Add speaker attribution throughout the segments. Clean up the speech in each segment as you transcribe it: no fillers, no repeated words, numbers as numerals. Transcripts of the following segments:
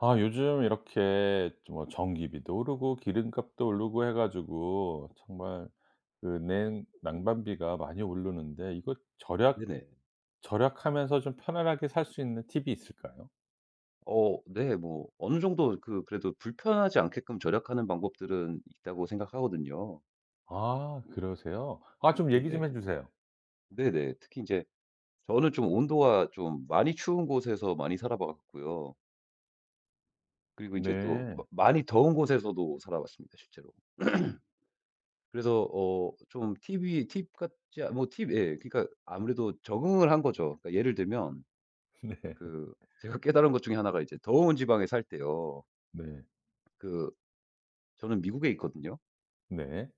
Speaker 1: 아, 요즘 이렇게 좀 뭐 전기비도 오르고 기름값도 오르고 해 가지고 정말 그 냉 난방비가 많이 오르는데, 이거 절약
Speaker 2: 네네.
Speaker 1: 절약하면서 좀 편안하게 살 수 있는 팁이 있을까요?
Speaker 2: 네. 뭐 어느 정도 그 그래도 불편하지 않게끔 절약하는 방법들은 있다고 생각하거든요.
Speaker 1: 아, 그러세요? 아, 좀 얘기 좀
Speaker 2: 네네.
Speaker 1: 해 주세요.
Speaker 2: 네네. 특히 이제 저는 좀 온도가 좀 많이 추운 곳에서 많이 살아 봤고요. 그리고 이제 또 마
Speaker 1: 네.
Speaker 2: 많이 더운 곳에서도 살아 봤습니다 실제로. 그래서 좀 팁이 팁 같지 않 뭐 팁 예, 그러니까 아무래도 적응을 한 거죠. 그러니까 예를 들면
Speaker 1: 네.
Speaker 2: 그 제가 깨달은 것 중에 하나가 이제 더운 지방에 살 때요.
Speaker 1: 네.
Speaker 2: 그 저는 미국에 있거든요.
Speaker 1: 네.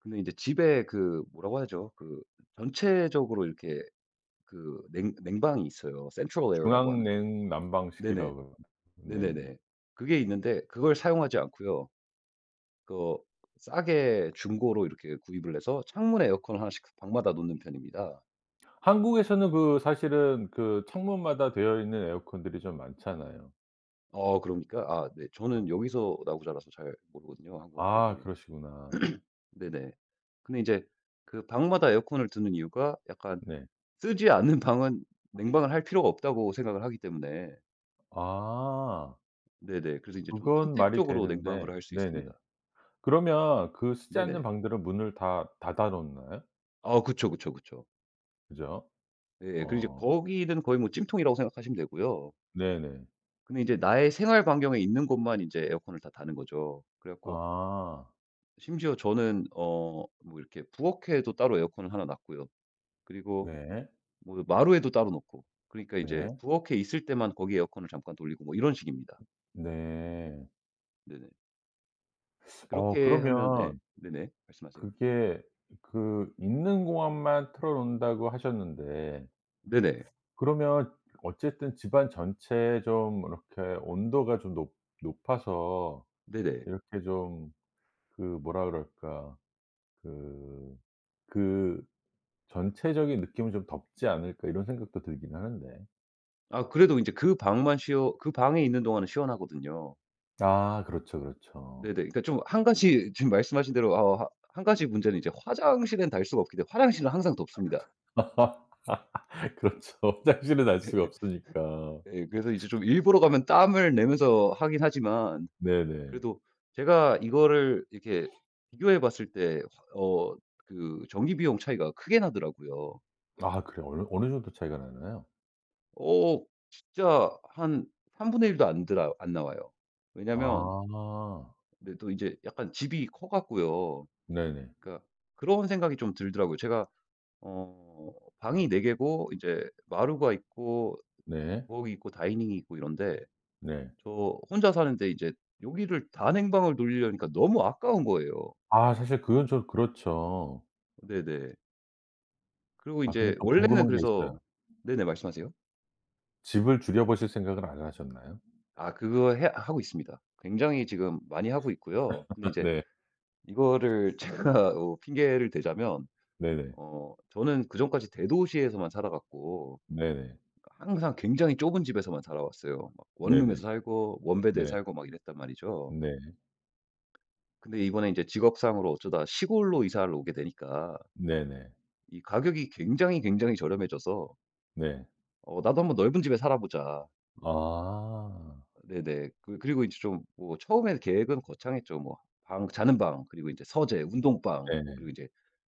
Speaker 2: 근데 이제 집에 그 뭐라고 하죠? 그 전체적으로 이렇게 그 냉 냉방이 있어요. 센트럴 에어라고 하는.
Speaker 1: 중앙냉
Speaker 2: 네네.
Speaker 1: 난방식이라고. 네네.
Speaker 2: 네네네. 그게 있는데 그걸 사용하지 않고요. 그 싸게 중고로 이렇게 구입을 해서 창문에 에어컨을 하나씩 방마다 놓는 편입니다.
Speaker 1: 한국에서는 그 사실은 그 창문마다 되어 있는 에어컨들이 좀 많잖아요.
Speaker 2: 그러니까 아 네. 저는
Speaker 1: 아.
Speaker 2: 여기서 나고 자라서 잘 모르거든요, 한국
Speaker 1: 아,
Speaker 2: 어떤지.
Speaker 1: 그러시구나.
Speaker 2: 네네. 근데 이제 그 방마다 에어컨을 두는 이유가 약간
Speaker 1: 네.
Speaker 2: 쓰지 않는 방은 냉방을 할 필요가 없다고 생각을 하기 때문에.
Speaker 1: 아.
Speaker 2: 네네. 그래서 이제 좀
Speaker 1: 그건 말이
Speaker 2: 선택적으로
Speaker 1: 되는데,
Speaker 2: 냉방을 할 수
Speaker 1: 네네.
Speaker 2: 있습니다.
Speaker 1: 그러면 그 쓰지 않는
Speaker 2: 네네.
Speaker 1: 방들은 문을 다 닫아 놓나요?
Speaker 2: 아 그쵸, 그쵸, 그쵸.
Speaker 1: 그죠?
Speaker 2: 예, 그리고 이제
Speaker 1: 어.
Speaker 2: 거기는 거의 뭐 찜통이라고 생각하시면 되고요.
Speaker 1: 네네.
Speaker 2: 근데 이제 나의 생활 반경에 있는 곳만 이제 에어컨을 다 다는 거죠. 그래 갖고
Speaker 1: 아.
Speaker 2: 심지어 저는 뭐 이렇게 부엌에도 따로 에어컨을 하나 놨고요. 그리고
Speaker 1: 네.
Speaker 2: 뭐 마루에도 따로 놓고. 그러니까 이제
Speaker 1: 네.
Speaker 2: 부엌에 있을 때만 거기 에어컨을 잠깐 돌리고 뭐 이런 식입니다.
Speaker 1: 네.
Speaker 2: 네네.
Speaker 1: 어,
Speaker 2: 그렇게 하면 예.
Speaker 1: 그러면
Speaker 2: 네네. 말씀하세요.
Speaker 1: 그게 그 있는 공원만 틀어 놓는다고 하셨는데,
Speaker 2: 네네.
Speaker 1: 그러면 어쨌든 집안 전체에 좀 이렇게 온도가 좀 높 높아서
Speaker 2: 네네.
Speaker 1: 이렇게 좀, 그 뭐라 그럴까? 그그 전체적인 느낌은 좀 덥지 않을까 이런 생각도 들긴 하는데.
Speaker 2: 아 그래도 인제 그 방만 시원 그 방에 있는 동안은 시원하거든요.
Speaker 1: 아, 그렇죠, 그렇죠.
Speaker 2: 네네. 그러니까 좀 한 가지 지금 말씀하신 대로 어 하 한 가지 문제는 이제 화장실은 닿을 수가 없기 때문에 화장실은 항상 덥습니다.
Speaker 1: 그렇죠. 화장실은 알 수가
Speaker 2: 예예.
Speaker 1: 없으니까.
Speaker 2: 예, 그래서 이제 좀 일부러 가면 땀을 내면서 하긴 하지만
Speaker 1: 네네.
Speaker 2: 그래도 제가 이거를 이렇게 비교해 봤을 때 어 그 전기 비용 차이가 크게 나더라고요.
Speaker 1: 아, 그래요? 어느 어느 정도 차이가 나나요?
Speaker 2: 어 진짜 한 삼 분의 일도 안 나와요. 왜냐면
Speaker 1: 아.
Speaker 2: 근데 또 이제 약간 집이 커 갖고요.
Speaker 1: 네네.
Speaker 2: 그러니까 그런 생각이 좀 들더라고요. 제가 어 방이 4 개고 이제 마루가 있고
Speaker 1: 네.
Speaker 2: 부엌이 있고 다이닝이 있고 이런데
Speaker 1: 네.
Speaker 2: 저 혼자 사는데 이제 여기를 단행방을 돌리려니까 너무 아까운 거예요.
Speaker 1: 아, 사실 그건 좀 그렇죠.
Speaker 2: 네네. 그리고 이
Speaker 1: 아, 근데
Speaker 2: 제
Speaker 1: 좀
Speaker 2: 원래는
Speaker 1: 궁금한 게 있어요.
Speaker 2: 그래서. 네네, 말씀하세요.
Speaker 1: 집을 줄여 보실 생각은 안 하셨나요?
Speaker 2: 아 그거 해 하고 있습니다. 굉장히 지금 많이 하고 있고요. 근데 이제
Speaker 1: 네.
Speaker 2: 이거를 제가 핑계를 대자면
Speaker 1: 네네.
Speaker 2: 저는 그전까지 대도시에서만 살아 갔고
Speaker 1: 네네.
Speaker 2: 항상 굉장히 좁은 집에서만 살아왔어요. 막
Speaker 1: 네네.
Speaker 2: 원룸에서 살고 원베드에
Speaker 1: 네.
Speaker 2: 살고 막 이랬단 말이죠.
Speaker 1: 네.
Speaker 2: 근데 이번에 이제 직업상으로 어쩌다 시골로 이사를 오게 되니까
Speaker 1: 네네.
Speaker 2: 이 가격이 굉장히, 굉장히 저렴해져서
Speaker 1: 네.
Speaker 2: '나도 한번 넓은 집에 살아보자.'
Speaker 1: 아.
Speaker 2: 네네. 그리고 이제 좀 뭐 처음에 계획은 거창했죠. 뭐 방 자는 방 그리고 이제 서재, 운동방 뭐
Speaker 1: 네네.
Speaker 2: 그리고 이제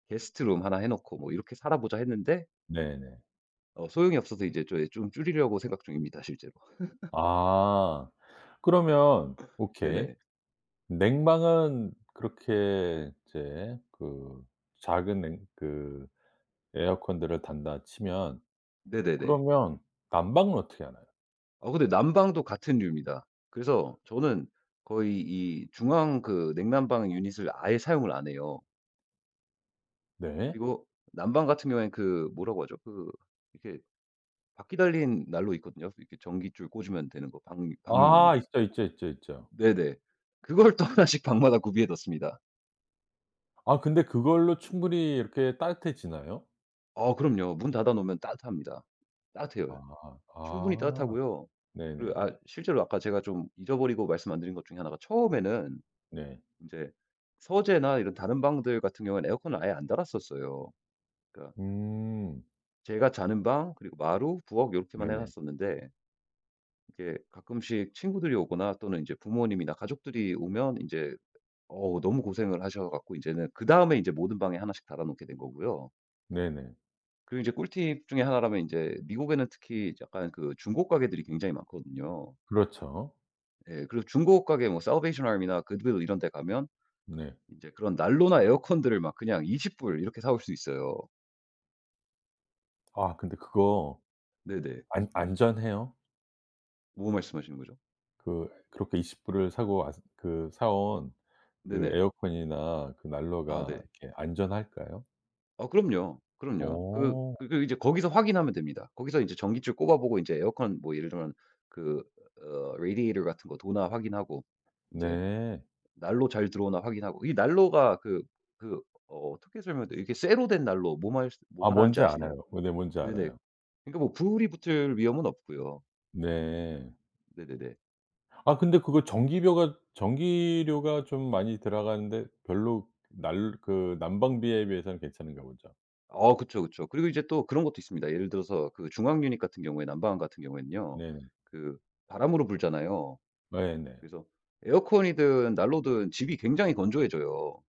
Speaker 2: 게스트룸 하나 해 놓고 뭐 이렇게 살아보자 했는데
Speaker 1: 네네.
Speaker 2: 소용이 없어서 이제 예 좀좀 줄이려고 생각 중입니다 실제로.
Speaker 1: 아. 그러면 오케이.
Speaker 2: 네네.
Speaker 1: 냉방은 그렇게 이제 그 작은 냉 그 에어컨들을 단다 치면,
Speaker 2: 네네네.
Speaker 1: 그러면 난방은 어떻게 하나요?
Speaker 2: 근데 난방도 같은 류입니다. 그래서 저는 거의 이 중앙 그 냉난방 유닛을 아예 사용을 안 해요.
Speaker 1: 네.
Speaker 2: 그리고 난방 같은 경우에는 그 뭐라고 하죠? 그 이렇게 바퀴 달린 난로 있거든요. 이렇게 전기줄 꽂으면 되는 거 방 방용이요.
Speaker 1: 아, 있죠, 있죠, 있죠, 있죠.
Speaker 2: 네네. 그걸 또 하나씩 방마다 구비해 뒀습니다.
Speaker 1: 아, 근데 그걸로 충분히 이렇게 따뜻해지나요?
Speaker 2: 그럼요. 문 닫아 놓으면 따뜻합니다. 따뜻해요.
Speaker 1: 아.
Speaker 2: 충분히
Speaker 1: 아.
Speaker 2: 따뜻하고요.
Speaker 1: 네네.
Speaker 2: 그리고 아 실제로 아까 제가 좀 잊어버리고 말씀 안 드린 것 중에 하나가 처음에는
Speaker 1: 네.
Speaker 2: 이제 서재나 이런 다른 방들 같은 경우에는 에어컨을 아예 안 달았었어요. 그러니까
Speaker 1: 음.
Speaker 2: 제가 자는 방 그리고 마루, 부엌 이렇게만 해
Speaker 1: 네네.
Speaker 2: 놨었는데 이게 가끔씩 친구들이 오거나 또는 이제 부모님이나 가족들이 오면 이제 어우 너무 고생을 하셔 갖고 이제는 그다음에 이제 모든 방에 하나씩 달아 놓게 된 거고요.
Speaker 1: 네네.
Speaker 2: 그리고 이제 꿀팁 중에 하나라면 이제 미국에는 특히 약간 그 중고 가게들이 굉장히 많거든요.
Speaker 1: 그렇죠.
Speaker 2: 예. 그리고 중고 가게 뭐 살베이션 아미나 그드윌 이런 데 가면
Speaker 1: 네.
Speaker 2: 이제 그런 난로나 에어컨들을 막 그냥 20불 이렇게 사올 수 있어요.
Speaker 1: 아, 근데 그거
Speaker 2: 네네.
Speaker 1: 안 안전해요?
Speaker 2: 뭐 말씀하시는 거죠?
Speaker 1: 그 그렇게 20 불을 사고 왔 그 사온 그
Speaker 2: 네네.
Speaker 1: 에어컨이나 그
Speaker 2: 아 네.
Speaker 1: 난로가 이렇게 안전할까요?
Speaker 2: 아 그럼요, 그럼요.
Speaker 1: 어.
Speaker 2: 이제 거기서 확인하면 됩니다. 거기서 이제 전기줄 꼽아 보고 이제 에어컨 뭐 예를 들면 그 r 디에이터 같은 거 도나 확인하고 이제
Speaker 1: 네.
Speaker 2: 난로 잘 들어오나 확인하고 이 난로가 어떻게 설명해도이렇 이게 쇠로 된 난로 뭐
Speaker 1: 아,
Speaker 2: 말하는지
Speaker 1: 뭔지
Speaker 2: 아시나요?
Speaker 1: 알아요. 어, 네, 뭔지
Speaker 2: 네네.
Speaker 1: 알아요.
Speaker 2: 그러니까 뭐 불이 붙을 위험은 없고요.
Speaker 1: 네.
Speaker 2: 네네네.
Speaker 1: 아, 근데 그거 전기료가 좀 많이 들어가는데 별로 날 그 난방비에 비해서는 괜찮은가 보죠.
Speaker 2: 그쵸, 그쵸. 그리고 이제 또 그런 것도 있습니다. 예를 들어서 그 중앙 유닛 같은 경우에 난방 같은 경우에는요.
Speaker 1: 네네.
Speaker 2: 그 바람으로 불잖아요.
Speaker 1: 네네.
Speaker 2: 그래서 에어컨이든 난로든 집이 굉장히 건조해져요.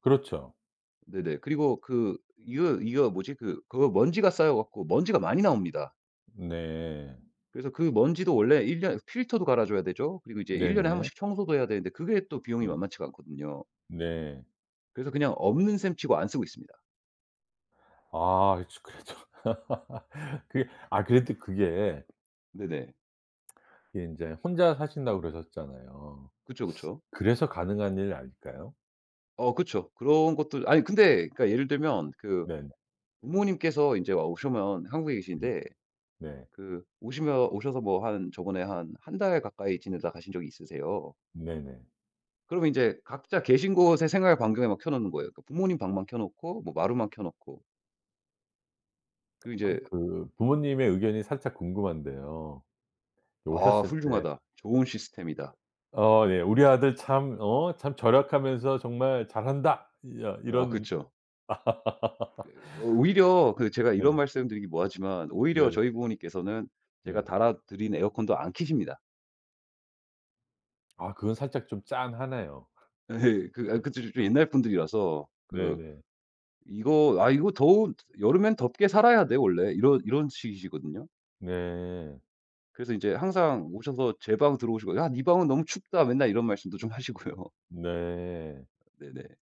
Speaker 1: 그렇죠.
Speaker 2: 네네. 그리고 그 이거 뭐지? 그 그거 먼지가 쌓여 갖고 먼지가 많이 나옵니다.
Speaker 1: 네.
Speaker 2: 그래서 그 먼지도 원래 1 년 필터도 갈아 줘야 되죠. 그리고 이제 1 년에 한
Speaker 1: 네네.
Speaker 2: 번씩 청소도 해야 되는데 그게 또 비용이
Speaker 1: 네.
Speaker 2: 만만치가 않거든요.
Speaker 1: 네.
Speaker 2: 그래서 그냥 없는 셈 치고 안 쓰고 있습니다.
Speaker 1: 아, 그쵸. 그 그게, 아, 그래도 그게
Speaker 2: 네네.
Speaker 1: 이게 인제 혼자 사신다고 그러셨잖아요.
Speaker 2: 그쵸, 그쵸.
Speaker 1: 그래서 가능한 일 아닐까요?
Speaker 2: 그쵸. 그런 것도 아니 근데 그러니까 예를 들면 그
Speaker 1: 네네.
Speaker 2: 부모님께서 이제 와 오시면 한국에
Speaker 1: 음.
Speaker 2: 계신데
Speaker 1: 네.
Speaker 2: 그 오시면 오셔서 뭐 한 저번에 한 한 달 가까이 지내다 가신 적이 있으세요.
Speaker 1: 네네.
Speaker 2: 그러면 인제 각자 계신 곳의 생활 반경에 막 켜 놓는 거예요. 그러니까 부모님 방만 켜 놓고 뭐 마루만 켜 놓고. 그리고 이
Speaker 1: 아,
Speaker 2: 제
Speaker 1: 그 부모님의 의견이 살짝 궁금한데요.
Speaker 2: '아
Speaker 1: 오셨을 때.
Speaker 2: 훌륭하다. 좋은 시스템이다.'
Speaker 1: 어, 네. "우리 아들 참 어 참 절약하면서 정말 잘한다." 야,
Speaker 2: 아
Speaker 1: 이런.
Speaker 2: 그쵸. 오히려 그 제가 이런
Speaker 1: 네네.
Speaker 2: 말씀드리기 뭐하지만 오히려
Speaker 1: 네네.
Speaker 2: 저희 부모님께서는
Speaker 1: 네.
Speaker 2: 제가
Speaker 1: 네.
Speaker 2: 달아 드린 에어컨도 안 켜십니다.
Speaker 1: 아, 그건 살짝 좀 짠하네요.
Speaker 2: 예. 좀 옛날 분들이라서 그
Speaker 1: 네네.
Speaker 2: 이거 "아 이거 더운 여름엔 덥게 살아야 돼 원래." 이런 이런 식이시거든요.
Speaker 1: 네. 네.
Speaker 2: 그래서 인제 항상 오셔서 제 방 들어오시고 "야 네 방은 너무 춥다." 맨날 이런 말씀도 좀 하시고요.
Speaker 1: 네.
Speaker 2: 네네.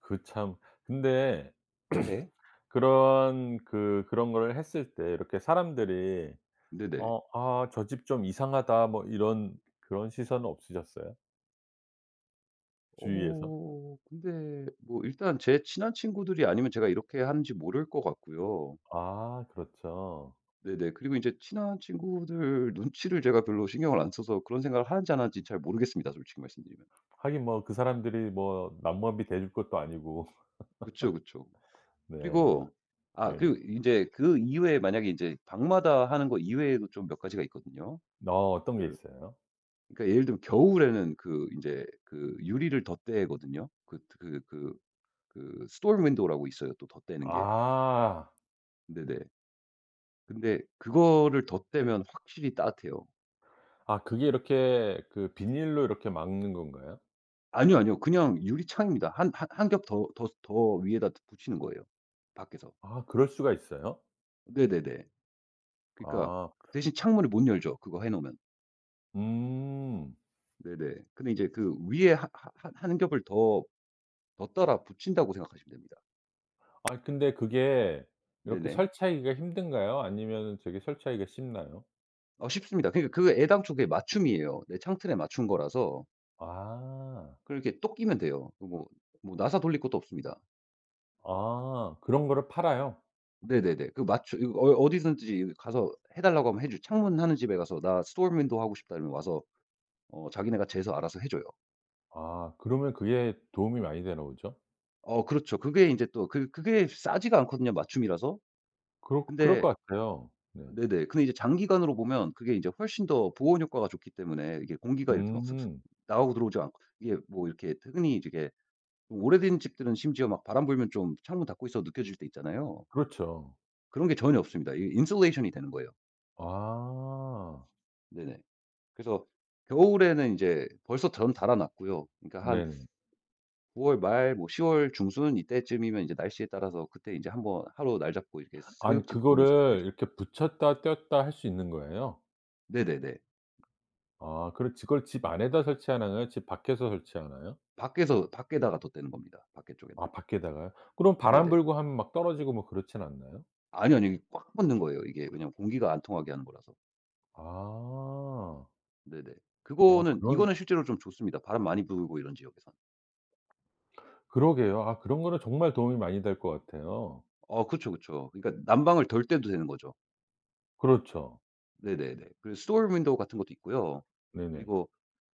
Speaker 1: 그 참, 근데
Speaker 2: 네.
Speaker 1: 그런 그 그런 거를 했을 때 이렇게 사람들이,
Speaker 2: 네네.
Speaker 1: 어 "아, 저 집 좀 이상하다." 뭐 이런 그런 시선은 없으셨어요? 주위에서?
Speaker 2: 근데 뭐 일단 제 친한 친구들이 아니면 제가 이렇게 하는지 모를 것 같고요.
Speaker 1: 아, 그렇죠.
Speaker 2: 네네. 그리고 인제 친한 친구들 눈치를 제가 별로 신경을 안 써서 그런 생각을 하는지 안 하는지 잘 모르겠습니다 솔직히 말씀드리면.
Speaker 1: 하긴 뭐, 그 사람들이 뭐 남모비 대줄 것도 아니고.
Speaker 2: 그쵸, 그쵸.
Speaker 1: 네.
Speaker 2: 그리고 아 그리고
Speaker 1: 네네.
Speaker 2: 인제 그 이외에 만약에 인제 방마다 하는 거 이외에도 좀 몇 가지가 있거든요.
Speaker 1: 어, 어떤 게
Speaker 2: 그
Speaker 1: 있어요?
Speaker 2: 그러니까 예를 들면 겨울에는 그 인제 그 유리를 덧대거든요. Storm window라고 있어요 또 덧대는 게.
Speaker 1: 아.
Speaker 2: 네네. 근데 그거를 덧대면 확실히 따뜻해요.
Speaker 1: 아, 그게 이렇게 그 비닐로 이렇게 막는 건가요?
Speaker 2: 아니요, 아니요. 그냥 유리창입니다. 한 겹 더 위에다 붙이는 거예요 밖에서.
Speaker 1: 아, 그럴 수가 있어요?
Speaker 2: 네네네. 그러니까
Speaker 1: 아.
Speaker 2: 대신 창문을 못 열죠 그거 해 놓으면.
Speaker 1: 음.
Speaker 2: 네네. 근데 이제 그 위에 하 하 한 한 겹을 더 덧 따라 붙인다고 생각하시면 됩니다.
Speaker 1: 아, 근데 그게 이렇게
Speaker 2: 네네.
Speaker 1: 설치하기가 힘든가요? 아니면은 되게 설치하기가 쉽나요?
Speaker 2: 아 쉽습니다. 그러니까 그 애당초 그게 맞춤이에요. 내 창틀에 맞춘 거라서
Speaker 1: 아.
Speaker 2: 그렇게 똑 끼면 돼요. 그 뭐 나사 돌릴 것도 없습니다.
Speaker 1: 아, 그런 거를 팔아요?
Speaker 2: 네네네. 그 맞추 이거 어 어디든지 가서 해 달라고 하면 해 주죠. 창문 하는 집에 가서 "나 storm window 하고 싶다." 이러면 와서 자기네가 재서 알아서 해 줘요.
Speaker 1: 아, 그러면 그게 도움이 많이 되나 보죠?
Speaker 2: 그렇죠. 그게 인제 또 그 그게 싸지가 않거든요, 맞춤이라서.
Speaker 1: 그럴
Speaker 2: 근데
Speaker 1: 것 같아요. 네.
Speaker 2: 네네. 근데 이제 장기간으로 보면 그게 이제 훨씬 더 보온 효과가 좋기 때문에 이게 공기가 이렇게 막 슥슥
Speaker 1: 음.
Speaker 2: 나가고 들어오지 않고 이게 뭐 이렇게 흔히 이제 이게 오래된 집들은 심지어 막 바람 불면 좀 창문 닫고 있어도 느껴질 때 있잖아요.
Speaker 1: 그렇죠.
Speaker 2: 그런 게 전혀 없습니다. 이게 인슐레이션이 되는 거예요.
Speaker 1: 아.
Speaker 2: 네네. 그래서 겨울에는 이제 벌써 전 달아 놨고요. 그러니까 한
Speaker 1: 네네.
Speaker 2: 9월 말 뭐 10월 중순 이때쯤이면 이제 날씨에 따라서 그때 이제 한번 하루 날 잡고 이렇게
Speaker 1: 아니
Speaker 2: 슥 집 돌면서
Speaker 1: 그거를
Speaker 2: 달죠.
Speaker 1: 이렇게 붙였다 뗐다 할 수 있는 거예요?
Speaker 2: 네네네.
Speaker 1: 아, 그럼 그걸 집 안에다 설치하나요? 집 밖에서 설치하나요?
Speaker 2: 밖에서 밖에다가 덧대는 겁니다, 밖에 쪽에다.
Speaker 1: 아, 밖에다가요? 그럼 바람
Speaker 2: 네네.
Speaker 1: 불고 하면 막 떨어지고 뭐 그렇진 않나요?
Speaker 2: 아니요, 아니요. 이게 꽉 붙는 거예요, 이게. 왜냐면 공기가 안 통하게 하는 거라서.
Speaker 1: 아.
Speaker 2: 네네.
Speaker 1: 어,
Speaker 2: 그거는
Speaker 1: 그런.
Speaker 2: 이거는 실제로 좀 좋습니다, 바람 많이 불고 이런 지역에선.
Speaker 1: 그러게요. 아, 그런 거는 정말 도움이 많이 될 것 같아요.
Speaker 2: 그쵸, 그쵸. 그러니까 난방을 덜 때도 되는 거죠.
Speaker 1: 그렇죠.
Speaker 2: 네네네. 그리고 스토어 윈도우 같은 것도 있고요.
Speaker 1: 네네.
Speaker 2: 그리고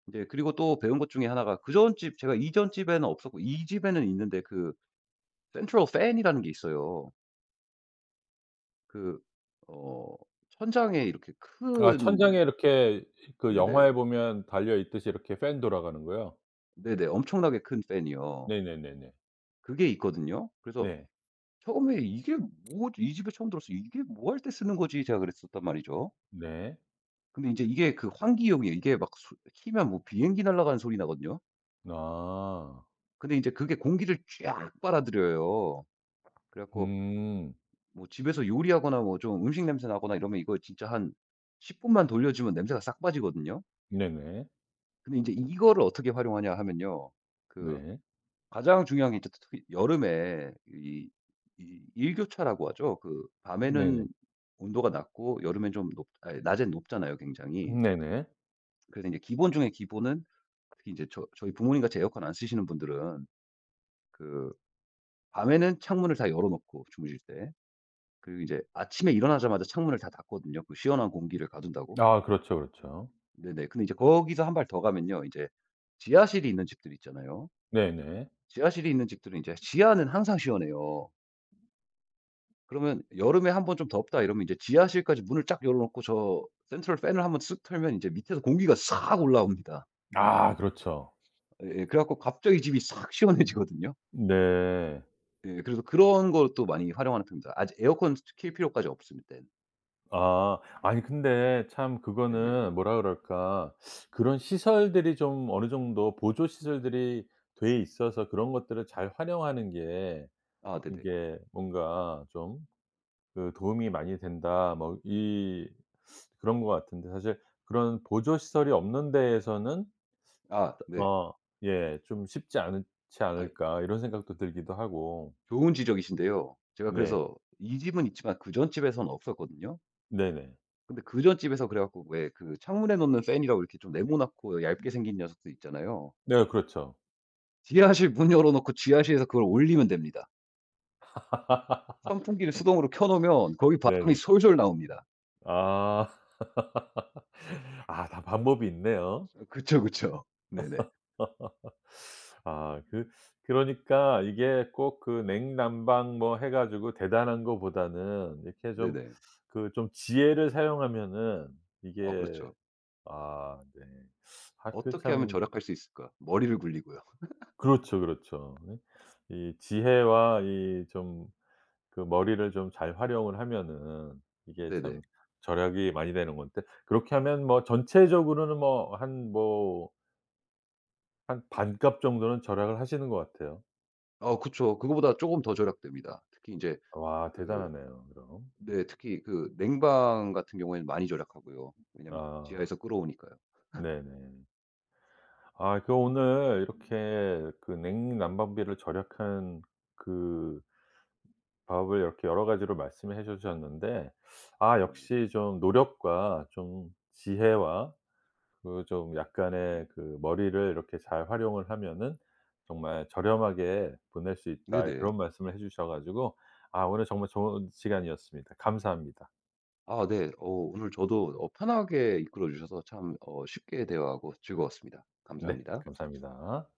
Speaker 2: 이제 그리고 또 배운 것 중에 하나가 그전 집 제가 이전 집에는 없었고 이 집에는 있는데 그 센트럴 팬이라는 게 있어요. 그 어 천장에 이렇게
Speaker 1: 아,
Speaker 2: 큰.
Speaker 1: 천장에 이렇게 그
Speaker 2: 네네.
Speaker 1: 영화에 보면 달려 있듯이 이렇게 팬 돌아가는 거요?
Speaker 2: 네네. 엄청나게 큰 팬이요.
Speaker 1: 네네네네.
Speaker 2: 그게 있거든요. 그래서
Speaker 1: 네.
Speaker 2: 처음에 '이게 뭐지?' 이 집에 처음 들었어요. '이게 뭐 할 때 쓰는 거지?' 제가 그랬었단 말이죠.
Speaker 1: 네.
Speaker 2: 근데 이제 이게 그 환기용이에요. 이게 막 소 키면 뭐 비행기 날아가는 소리 나거든요.
Speaker 1: 아.
Speaker 2: 근데 이제 그게 공기를 쫙 빨아들여요. 그래 갖고
Speaker 1: 음.
Speaker 2: 뭐 집에서 요리하거나 뭐 좀 음식 냄새 나거나 이러면 이거 진짜 한 10 분만 돌려주면 냄새가 싹 빠지거든요.
Speaker 1: 네네.
Speaker 2: 근데 이제 이거를 어떻게 활용하냐 하면요. 그
Speaker 1: 네.
Speaker 2: 가장 중요한 게 이제 특히 여름에 이 일교차라고 하죠. 그
Speaker 1: 네네.
Speaker 2: 밤에는 온도가 낮고 여름엔 좀 높아 낮엔 높잖아요 굉장히.
Speaker 1: 네네.
Speaker 2: 그래서 이제 기본 중에 기본은 특히 제저 저희 부모님같이 에어컨 안 쓰시는 분들은 그 밤에는 창문을 다 열어 놓고 주무실 때 그리고 이제 아침에 일어나자마자 창문을 다 닫거든요 그 시원한 공기를 가둔다고.
Speaker 1: 아, 그렇죠, 그렇죠.
Speaker 2: 네네. 근데 이제 거기서 한 발 더 가면요. 이제 지하실이 있는 집들 있잖아요.
Speaker 1: 네네.
Speaker 2: 지하실이 있는 집들은 이제 지하는 항상 시원해요. 그러면 여름에 한번 좀 덥다 이러면 이제 지하실까지 문을 쫙 열어 놓고 저 센트럴 팬을 한번 쓱 틀면 이제 밑에서 공기가 싹 올라옵니다.
Speaker 1: 아, 그렇죠.
Speaker 2: 예 그래 갖고 갑자기 집이 싹 시원해지거든요.
Speaker 1: 네.
Speaker 2: 예. 그래서 그런 걸 또 많이 활용하는 편입니다. 아직 에어컨 킬 필요까지 없습니다.
Speaker 1: 아. 아니, 근데 참
Speaker 2: 네네.
Speaker 1: 그거는 뭐라 그럴까, 그런 시설들이 좀 어느 정도 보조 시설들이 돼 있어서 그런 것들을 잘 활용하는 게
Speaker 2: 아 네네.
Speaker 1: 이게 뭔가 좀 그 도움이 많이 된다, 뭐 이 그런 것 같은데. 사실 그런 보조 시설이 없는 데에서는,
Speaker 2: 아 네.
Speaker 1: 어, 예, 좀 쉽지 않지
Speaker 2: 아
Speaker 1: 않을까 이런 생각도 들기도 하고.
Speaker 2: 좋은 지적이신데요. 제가
Speaker 1: 네.
Speaker 2: 그래서 이 집은 있지만 그전 집에서는 없었거든요.
Speaker 1: 네네.
Speaker 2: 근데 그전 집에서 그래 갖고 왜 그 창문에 놓는 팬이라고 이렇게 좀 네모나고 얇게 생긴 녀석들 있잖아요.
Speaker 1: 네, 그렇죠.
Speaker 2: 지하실 문 열어 놓고 지하실에서 그걸 올리면 됩니다. 선풍기를 수동으로 켜 놓으면 거기 바람이
Speaker 1: 네네.
Speaker 2: 솔솔 나옵니다.
Speaker 1: 아. 아, 다 방법이 있네요.
Speaker 2: 그쵸, 그쵸. 네네.
Speaker 1: 아, 그 그러니까 이게 꼭 그 냉난방 뭐 해 가지고 대단한 거보다는 이렇게 좀,
Speaker 2: 네네.
Speaker 1: 그 좀 지혜를 사용하면은
Speaker 2: 아
Speaker 1: 이게,
Speaker 2: 그렇죠.
Speaker 1: 아 네. 아, 그
Speaker 2: '어떻게 하면
Speaker 1: 참.
Speaker 2: 절약할 수 있을까?' 머리를 굴리고요.
Speaker 1: 그렇죠, 그렇죠. 네. 이 지혜와 이 좀 그 머리를 좀 잘 활용을 하면은 이게 참
Speaker 2: 네네.
Speaker 1: 절약이 많이 되는 건데, 그렇게 하면 뭐 전체적으로는 뭐 한 뭐 한 반값 정도는 절약을 하시는 것 같아요.
Speaker 2: 아 그쵸. 그거보다 조금 더 절약됩니다. 특히 이제
Speaker 1: 와,
Speaker 2: 그
Speaker 1: 대단하네요 그럼.
Speaker 2: 네. 특히 그 냉방 같은 경우에는 많이 절약하고요. 왜냐면
Speaker 1: 아
Speaker 2: 지하에서 끌어오니까요.
Speaker 1: 네네. 아, 그 오늘 이렇게 그 냉난방비를 절약한 그 방법을 이렇게 여러 가지로 말씀해 주셨는데, 아,
Speaker 2: 네네.
Speaker 1: 역시 좀 노력과 좀 지혜와 그 좀 약간의 그 머리를 이렇게 잘 활용을 하면은 정말 저렴하게 보낼 수 있다,
Speaker 2: 네네.
Speaker 1: 그런 말씀을 해 주셔 가지고 아, 오늘 정말 좋은 시간이었습니다. 감사합니다.
Speaker 2: 아 네. 오늘 저도 편하게 이끌어 주셔서 참 쉽게 대화하고 즐거웠습니다.
Speaker 1: 네.
Speaker 2: 감사합니다.
Speaker 1: 감사합니다.